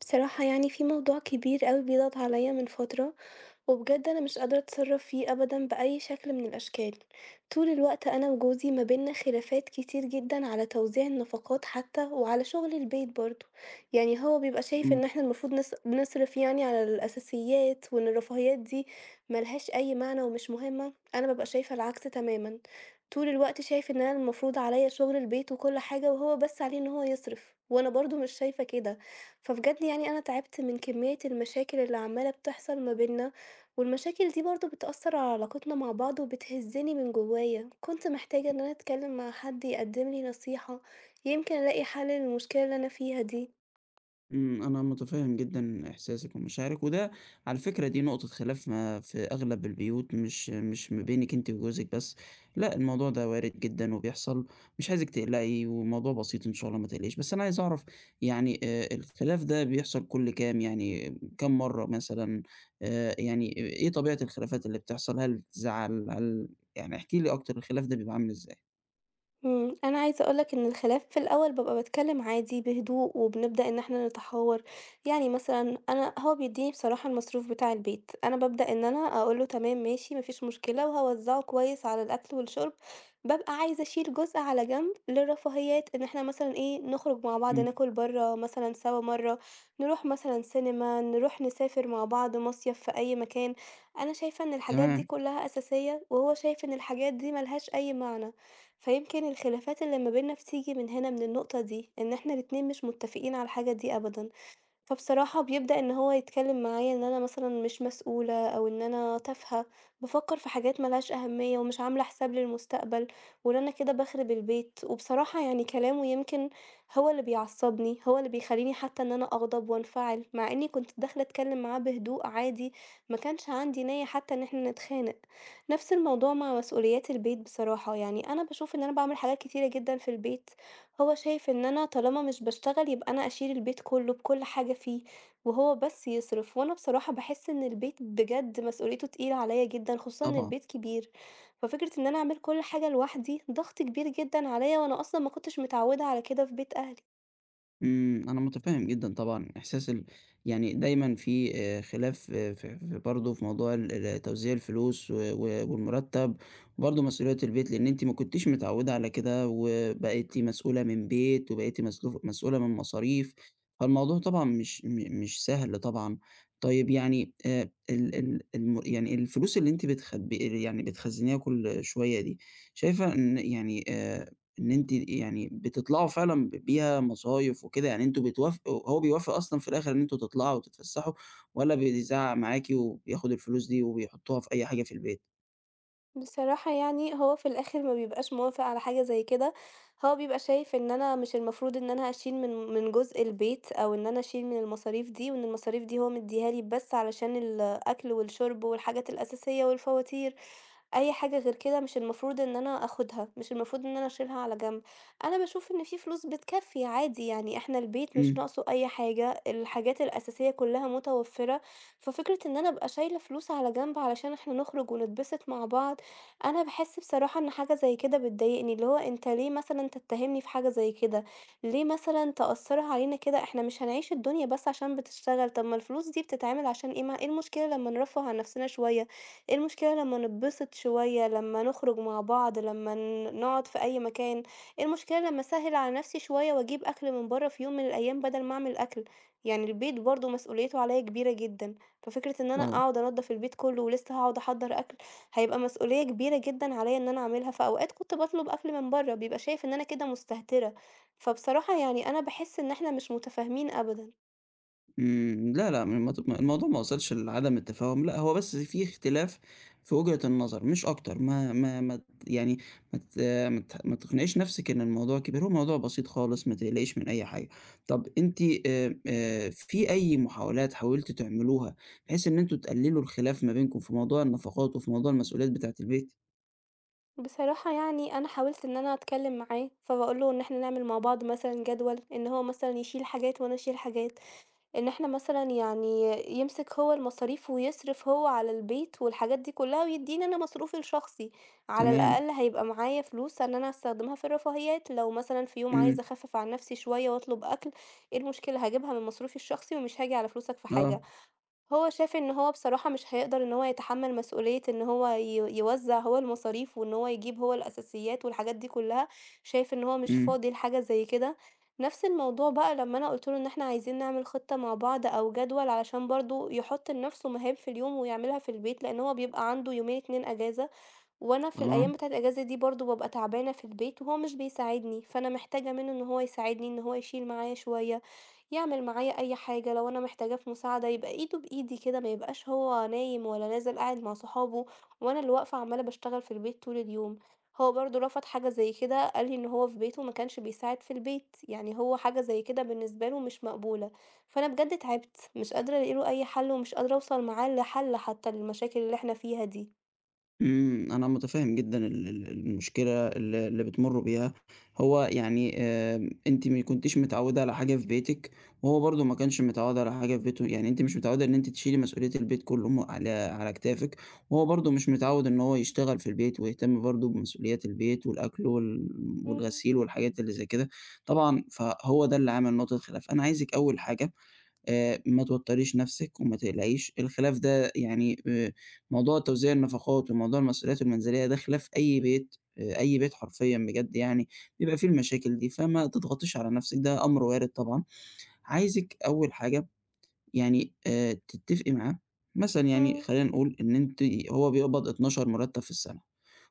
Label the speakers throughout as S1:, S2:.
S1: بصراحة يعني في موضوع كبير أوي بيضغط عليا من فترة، وبجد أنا مش قادرة أتصرف فيه أبدا بأي شكل من الأشكال، طول الوقت أنا وجوزي ما بينا خلافات كتير جدا على توزيع النفقات حتى وعلى شغل البيت برضه، يعني هو بيبقى شايف إن
S2: إمم،
S1: احنا المفروض نص نصرف يعني على الأساسيات وإن الرفاهيات دي ملهاش أي معنى ومش مهمة، أنا ببقى شايفة العكس تماما، طول الوقت شايف إن أنا المفروض عليا شغل البيت وكل حاجة وهو بس عليه إن هو يصرف، وأنا برضه مش شايفة كده. فبجد يعني أنا تعبت من كمية المشاكل اللي عمالة بتحصل ما بينا، والمشاكل دي برضه بتأثر على علاقتنا مع بعض وبتهزني من جوايا، كنت محتاجة إن أنا أتكلم مع حد يقدملي نصيحة، يمكن ألاقي حل للمشكلة اللي أنا فيها دي.
S2: إمم، أنا متفهم جدًا إحساسِك ومشاعرِك، وده على فكرة دي نقطة خلاف ما في أغلب البيوت، مش ما بينِك أنتِ وجوزِك بس. لأ، الموضوع ده وارد جدًا وبيحصل. مش عايزِك تقلقي، والموضوع بسيط إن شاء الله، ما تقلقيش. بس أنا عايز أعرف، يعني الخلاف ده بيحصل كُلّ كام؟ يعني كام مرّة مثلًا؟ يعني إيه طبيعة الخلافات اللي بتحصل؟ هل زَعَل؟ يعني احكي لي أكتر، الخلاف ده بيبقى عامل إزاي؟
S1: أنا عايزة أقول لك إن الخلاف في الأول بابقى باتكلم عادي بهدوء، وبنبدأ إن إحنا نتحاور، يعني مثلًا أنا هو بيدّيني بصراحة المصروف بتاع البيت، أنا بابدأ إن أنا أقول له تمام ماشي ما فيش مشكلة، وهاوزّعه كويس على الأكل والشرب، بابقى عايزة أشيل جزء على جنب للرفاهيات، إن إحنا مثلًا إيه نخرج مع بعض
S2: إمم،
S1: ناكل برّه مثلًا سوا مرّه، نروح مثلًا سينما، نروح نسافر مع بعض مصيف في أي مكان، أنا شايفة إن الحاجات دي
S2: تمام،
S1: كلها أساسية، وهو شايف إن الحاجات دي ما لهاش أي معنى. فيمكن الخلافات اللي ما بيننا بتيجي من هنا، من النقطة دي، إن إحنا الاتنين مش متفقين على الحاجة دي أبدًا. فبصراحة بيبدأ إن هو يتكلم معايا إن أنا مثلًا مش مسؤولة، أو إن أنا تافهة، بافكّر في حاجات ما لهاش أهمية، ومش عاملة حساب للمستقبل، وإن أنا كده باخرب البيت، وبصراحة يعني كلامه يمكن هو اللي بيعصّبني، هو اللي بيخلّيني حتى إن أنا أغضب وانفعل، مع إني كنت داخلة أتكلم معاه بهدوء عادي، ما كانش عندي نيّة حتى إن إحنا نتخانق. نفس الموضوع مع مسؤوليات البيت بصراحة، يعني أنا باشوف إن أنا باعمل حاجات كتيرة جدًا في البيت هو شايف إن أنا طالما مش باشتغل يبقى أنا أشيل البيت كله بكل حاجة فيه، وهو بس يصرف، وأنا بصراحة باحس إن البيت بجد مسؤوليته تقيلة عليا جدًا، خصوصًا إن
S2: طبعًا.
S1: البيت كبير، ففكرة إن أنا أعمل كل حاجة لوحدي ضغط كبير جدًا عليا، وأنا أصلًا ما كنتش متعودة على كده في بيت أهلي.
S2: أنا متفهم جدًا طبعًا إحساس يعني دايمًا في خلاف. آه، في برضه في موضوع ال توزيع الفلوس و و والمرتب، وبرضه مسؤولية البيت، لأن أنتِ ما كنتيش متعودة على كده، وبقيتِ مسؤولة من بيت، وبقيتِ مسؤولة من مصاريف. فالموضوع طبعًا مش سهل طبعًا. طيب، يعني ال ال الم يعني الفلوس اللي أنتِ بتخبي، يعني بتخزنيها كل شوية دي، شايفة إن، يعني إن أنتِ يعني بتطلعوا فعلًا بيها مصايف وكده؟ يعني أنتم بتوافقوا؟ هو بيوافق أصلًا في الآخر إن أنتم تطلعوا وتتفسحوا، والّا بيزعق معاكِ وبياخد الفلوس دي وبيحطوها في أي حاجة في البيت؟
S1: بصراحة يعني هو في الآخر ما بيبقاش موافق على حاجة زي كده، هو بيبقى شايف إن أنا مش المفروض إن أنا أشيل من جزء البيت، أو إن أنا أشيل من المصاريف دي، وإن المصاريف دي هو مديها لي بس علشان الأكل والشرب والحاجات الأساسية والفواتير. أي حاجة غير كده مش المفروض إن أنا آخُدها، مش المفروض إن أنا أشيلها على جنب، أنا باشوف إن في فلوس بتكفّي عادي، يعني إحنا البيت مش
S2: إمم،
S1: ناقصه أي حاجة، الحاجات الأساسية كلّها متوفّرة، ففكرة إن أنا أبقى شايلة فلوس على جنب علشان إحنا نخرج ونتبسط مع بعض، أنا باحس بصراحة إن حاجة زي كده بتضايقني، اللي هو أنت ليه مثلًا تتّهمني في حاجة زي كده، ليه مثلًا تأثّرها علينا كده، إحنا مش هنعيش الدنيا بس عشان بتشتغل، طَب ما الفلوس دي بتتعمل عشان إيه، ما إيه المشكلة لمّا نرفّه عن نَفْسنا شوية. إيه المشكلة لمّا نتبسط شوية، لمّا نخرج مع بعض، لمّا نقعد في أي مكان، إيه المشكلة لمّا أسهِّل على نفسي شوية وأجيب أكل من برّه في يوم من الأيام بدل ما أعمل أكل، يعني البيت برضه مسؤوليته عليّا كبيرة جدًا، ففكرة إن أنا
S2: طبعًا.
S1: أقعد أنضّف البيت كلّه ولسه هاقعد أحضّر أكل، هيبقى مسؤولية كبيرة جدًا عليّا إن أنا أعملها، فأوقات كنت باطلب أكل من برّه، بيبقى شايف إن أنا كده مستهترة، فبصراحة يعني أنا باحس إن إحنا مش متفاهمين أبدًا.
S2: لا، لأ، م مت الموضوع ما وصلش لعدم التفاهم، لأ، هو بس في اختلاف في وجهة النظر، مش أكتر. ما ت ما تقنعيش نفسِك إن الموضوع كبير، هو موضوع بسيط خالص، ما تقلقيش من أي حاجة. طب أنتِ في أي محاولات حاولتِ تعملوها بحيث إن أنتم تقللوا الخلاف ما بينكم في موضوع النفقات وفي موضوع المسؤوليات بتاعة البيت؟
S1: بصراحة يعني أنا حاولت إن أنا أتكلّم معاه، فباقول له إن إحنا نعمل مع بعض مثلًا جدول، إن هو مثلًا يشيل حاجات وأنا أشيل حاجات، إن إحنا مثلًا يعني يمسك هو المصاريف ويصرف هو على البيت والحاجات دي كلّها ويدّيني أنا مصروفي الشخصي، على
S2: تمام،
S1: الأقل هيبقى معايا فلوس إن أنا أستخدمها في الرفاهيات، لو مثلًا في يوم
S2: إمم،
S1: عايزة أخفّف عن نفسي شوية وأطلب أكل، إيه المشكلة هاجيبها من مصروفي الشخصي ومش هاجي على فلوسك في
S2: آه،
S1: حاجة. هو شاف إن هو بصراحة مش هيقدر إن هو يتحمّل مسؤولية إن هو يوزّع هو المصاريف وإن هو يجيب هو الأساسيات والحاجات دي كلّها، شايف إن هو مش
S2: إمم،
S1: فاضي لحاجة زي كده. نفس الموضوع بقى لمّا أنا قُلت له إن إحنا عايزين نعمل خطة مع بعض أو جدول علشان برضه يحُط لنفسه مهام في اليوم ويعملها في البيت، لإن هو بيبقى عنده يومين، 2 أجازة، وأنا في الأيام
S2: تمام.
S1: بتاعة الأجازة دي برضه بابقى تعبانة في البيت وهو مش بيساعدني، فأنا محتاجة منه إن هو يساعدني، إن هو يشيل معايا شوية، يعمل معايا أي حاجة، لو أنا محتاجاه في مساعدة يبقى إيده بإيدي كده، ما يبقاش هو نايم ولا نازل قاعد مع صحابه وأنا اللي واقفة عمالة باشتغل في البيت طول اليوم. هو برضه رفض حاجة زي كده، قال لي إن هو في بيته ما كانش بيساعد في البيت، يعني هو حاجة زي كده بالنسبة له مش مقبولة، فأنا بجد تعبت، مش قادرة ألاقي له أي حل ومش قادرة أوصل معاه لحل حتى للمشاكل اللي احنا فيها دي.
S2: أنا متفهم جدًا ال المشكلة اللي بتمرّوا بيها. هو يعني، أنتِ ما كنتيش متعوّدة على حاجة في بيتِك، وهو برضه ما كانش متعوّد على حاجة في بيته. يعني أنتِ مش متعوّدة إن أنتِ تشيلي مسؤولية البيت كلّه م على على كتافِك، وهو برضه مش متعوّد إن هو يشتغل في البيت ويهتم برضه بمسؤوليات البيت والأكل والغسيل والحاجات اللي زي كده. طبعًا، فهو ده اللي عامل نقطة خلاف. أنا عايزِك أول حاجة ما توتّريش نَفْسِك وما تقلقيش. الخلاف ده، يعني موضوع توزيع النفقات وموضوع المسؤوليات المنزلية، ده خلاف أي بيت، أي بيت حرفيًا، بجد يعني بيبقى فيه المشاكل دي. فما تضغطيش على نَفْسِك، ده أمر وارد طبعًا. عايزِك أول حاجة، يعني تتّفقي معاه، مثلًا، يعني خلّينا نقول إن هو بيقبض 12 مرتّب في السَنة.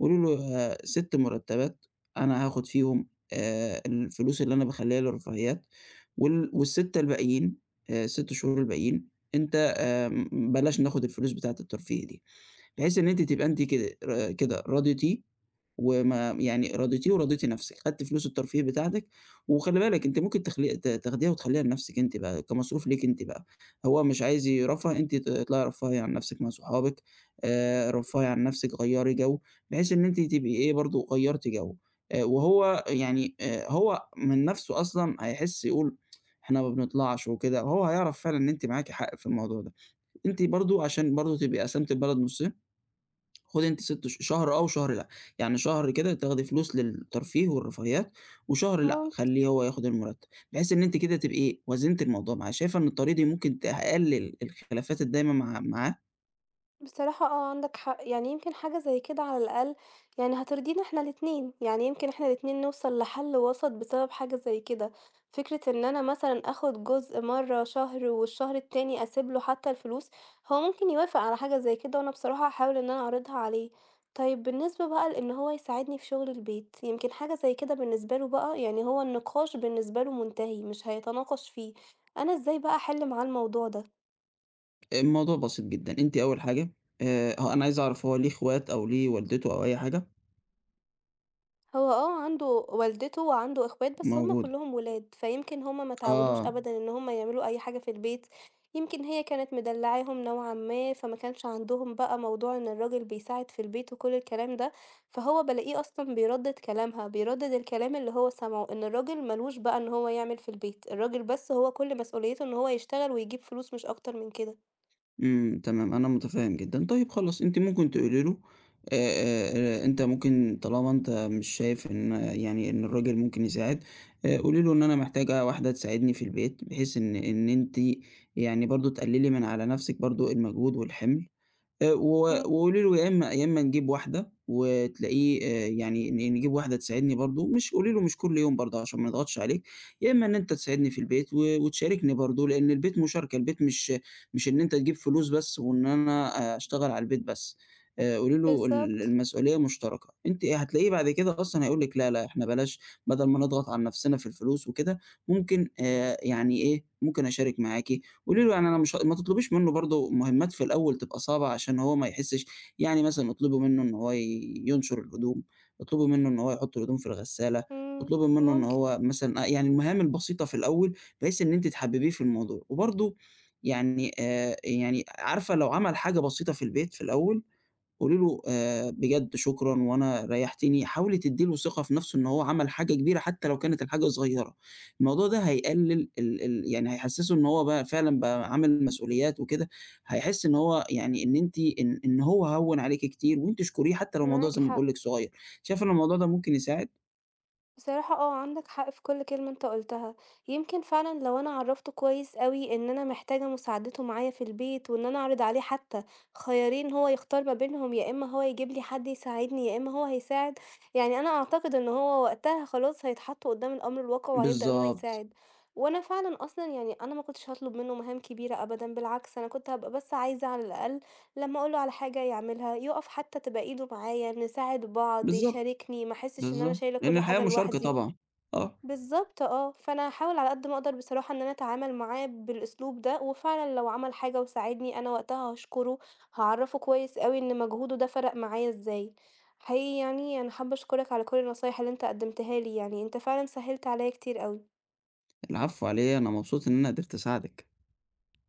S2: قولوا له 6 مرتبات أنا هاخد فيهم الفلوس اللي أنا باخلّيها للرفاهيات، وال وال6 الباقيين ال6 شهور الباقيين، أنت بلاش ناخد الفلوس بتاعة الترفيه دي، بحيث إن أنتِ تبقى أنتِ كده راضيتيه، وما يعني راضيتيه وراضيتِ نفسِك، خدتِ فلوس الترفيه بتاعتِك. وخلّي بالِك، أنتِ ممكن تخلي ت تاخديها وتخلّيها لنفسِك أنتِ بقى، كمصروف ليكِ أنتِ بقى. هو مش عايز يرفّه، أنتِ اطلعي رفّهي عن نفسِك مع صحابِك،
S1: إمم،
S2: رفّهي عن نفسِك، غيّري جو، بحيث إن أنتِ تبقي إيه، برضه غيّرتِ جو. وهو، يعني هو من نفسه أصلًا هيحس، يقول إحنا ما بنطلعش وكده. وهو هيعرف فعلًا إن أنتِ معاكِ حق في الموضوع ده. أنتِ برضه، عشان برضه تبقي قسمتِ البلد نُصّين، خدي أنتِ 6 شهر آه، وشهر لأ. يعني شهر كده تاخدي فلوس للترفيه والرفاهيات، وشهر لأ،
S1: ممكن،
S2: خلّيه هو ياخد المرتب، بحيث إن أنتِ كده تبقي وزنتِ الموضوع معاه. شايفة إن الطريقة دي ممكن تقلل الخلافات الدايمة معاه؟
S1: بصراحة آه، عندك حق، يعني يمكن حاجة زي كده على الأقل يعني هترضينا إحنا الاتنين، يعني يمكن إحنا الاتنين نوصل لحل وسط بسبب حاجة زي كده، فكرة إن أنا مثلًا آخد جزء مرة شهر والشهر التاني أسيب له حتى الفلوس، هو ممكن يوافق على حاجة زي كده، وأنا بصراحة هاحاول إن أنا أعرضها عليه. طيب بالنسبة بقى لإن هو يساعدني في شغل البيت، يمكن حاجة زي كده بالنسبة له بقى يعني هو النقاش بالنسبة له منتهي، مش هيتناقش فيه، أنا إزاي بقى أحل معاه الموضوع ده؟
S2: الموضوع بسيط جدًا. أنتِ أول حاجة هو أنا عايز أعرف، هو ليه اخوات، أو ليه والدته، أو أي حاجة؟
S1: هو آه، عنده والدته وعنده إخوات، بس هُم
S2: موجود.
S1: كلّهم ولاد، فيمكن هُم ما اتعوّدوش
S2: آه.
S1: أبدًا إن هُم يعملوا أي حاجة في البيت، يمكن هي كانت مدلّعاهم نوعًا ما، فما كانش عندهم بقى موضوع إن الراجل بيساعد في البيت وكل الكلام ده، فهو بالاقيه أصلًا بيردِّد كلامها، بيردِّد الكلام اللي هو سمعه، إن الراجل ما لوش بقى إن هو يعمل في البيت، الراجل بس هو كل مسؤوليته إن هو يشتغل ويجيب فلوس مش أكتر من كده.
S2: إمم، تمام، أنا متفهم جدًا. طيب خلاص. أنتِ ممكن تقولي له آآ أنت ممكن، طالما أنت مش شايف إن، يعني إن الراجل ممكن يساعد، قولي له إن أنا محتاجة واحدة تساعدني في البيت، بحيث إن أنتِ يعني برضه تقلّلي من على نَفْسِك برضه المجهود والحِمل. و
S1: إمم،
S2: وقولي له، يا إمّا، نجيب واحدة، وتلاقيه، يعني نجيب واحدة تساعدني برضه، مش قولي له مش كل يوم برضه عشان ما نضغطش عليك، يا إمّا إن أنت تساعدني في البيت وتشاركني برضه، لإن البيت مشاركة، البيت مش إن أنت تجيب فلوس بس وإن أنا آه، أشتغل على البيت بس. قولي له
S1: بالضبط،
S2: المسؤولية مشتركة. أنتِ هتلاقيه بعد كده أصلًا هيقول لِك، لا، لا، إحنا بلاش، بدل ما نضغط على نفسنا في الفلوس وكده، ممكن يعني إيه، ممكن أشارك معاكِ. قولي له، يعني أنا مش ما تطلبيش منه برضه مهمات في الأول تبقى صعبة، عشان هو ما يحسش. يعني مثلًا اطلبي منه إن هو ينشر الهدوم، اطلبي منه إن هو يحط الهدوم في الغسالة،
S1: إمم،
S2: اطلبي منه إن
S1: ممكن،
S2: هو مثلًا، يعني المهام البسيطة في الأول، بحيث إن أنتِ تحببيه في الموضوع، وبرضه يعني يعني عارفة، لو عمل حاجة بسيطة في البيت في الأول، قولي له بجد شكرًا، وأنا ريّحتني. حاولي تدّي له ثقة في نَفْسه إن هو عمل حاجة كبيرة، حتى لو كانت الحاجة صغيرة. الموضوع ده هيقلل ال ال يعني هيحسّسه إن هو بقى فعلًا بقى عامل مسؤوليات وكده. هيحس إن هو، يعني إن أنتِ إن إن هو هوّن عليكِ كتير، وأنتِ اشكريه حتى لو الموضوع
S1: معاك
S2: زي ما
S1: حق.
S2: باقول لِك صغير. شايفة إن الموضوع ده ممكن يساعد؟
S1: بصراحة آه، عندك حق في كل كلمة أنت قُلتها، يمكن فعلًا لو أنا عرّفته كويس أوي إن أنا محتاجة مساعدته معايا في البيت، وإن أنا أعرض عليه حتى خيارين هو يختار ما بينهم، يا إما هو يجيب لي حد يساعدني، يا إما هو هيساعد، يعني أنا أعتقد إن هو وقتها خلاص هيتحط قدّام الأمر الواقع وهيبدأ إن هو
S2: بالضبط،
S1: يساعد، وأنا فعلًا أصلًا يعني أنا ما كنتش هاطلب منه مهام كبيرة أبدًا، بالعكس أنا كنت هابقى بس عايزة على الأقل لمّا أقول له على حاجة يعملها، يُقف حتى تبقى إيده معايا، نساعد بعض،
S2: بالضبط،
S1: يشاركني، ما أحسش إن أنا
S2: بالضبط،
S1: شايلة
S2: لإن
S1: كل
S2: الحياة
S1: حاجة
S2: مشاركة
S1: لوحدي.
S2: طبعًا. آه.
S1: بالضبط آه، فأنا هاحاول على قد ما أقدر بصراحة إن أنا أتعامل معاه بالأسلوب ده، وفعلًا لو عمل حاجة وساعدني أنا وقتها هاشكره، هاعرّفه كويس أوي إن مجهوده ده فرق معايا إزاي. حقيقي يعني أنا حابة أشكرك على كل النصايح اللي أنت قدمتها لي يعني، أنت فعلًا سهّلت عليّا كتير أوي.
S2: العفو على إيه؟ أنا مبسوط إن أنا قدرت أساعدِك.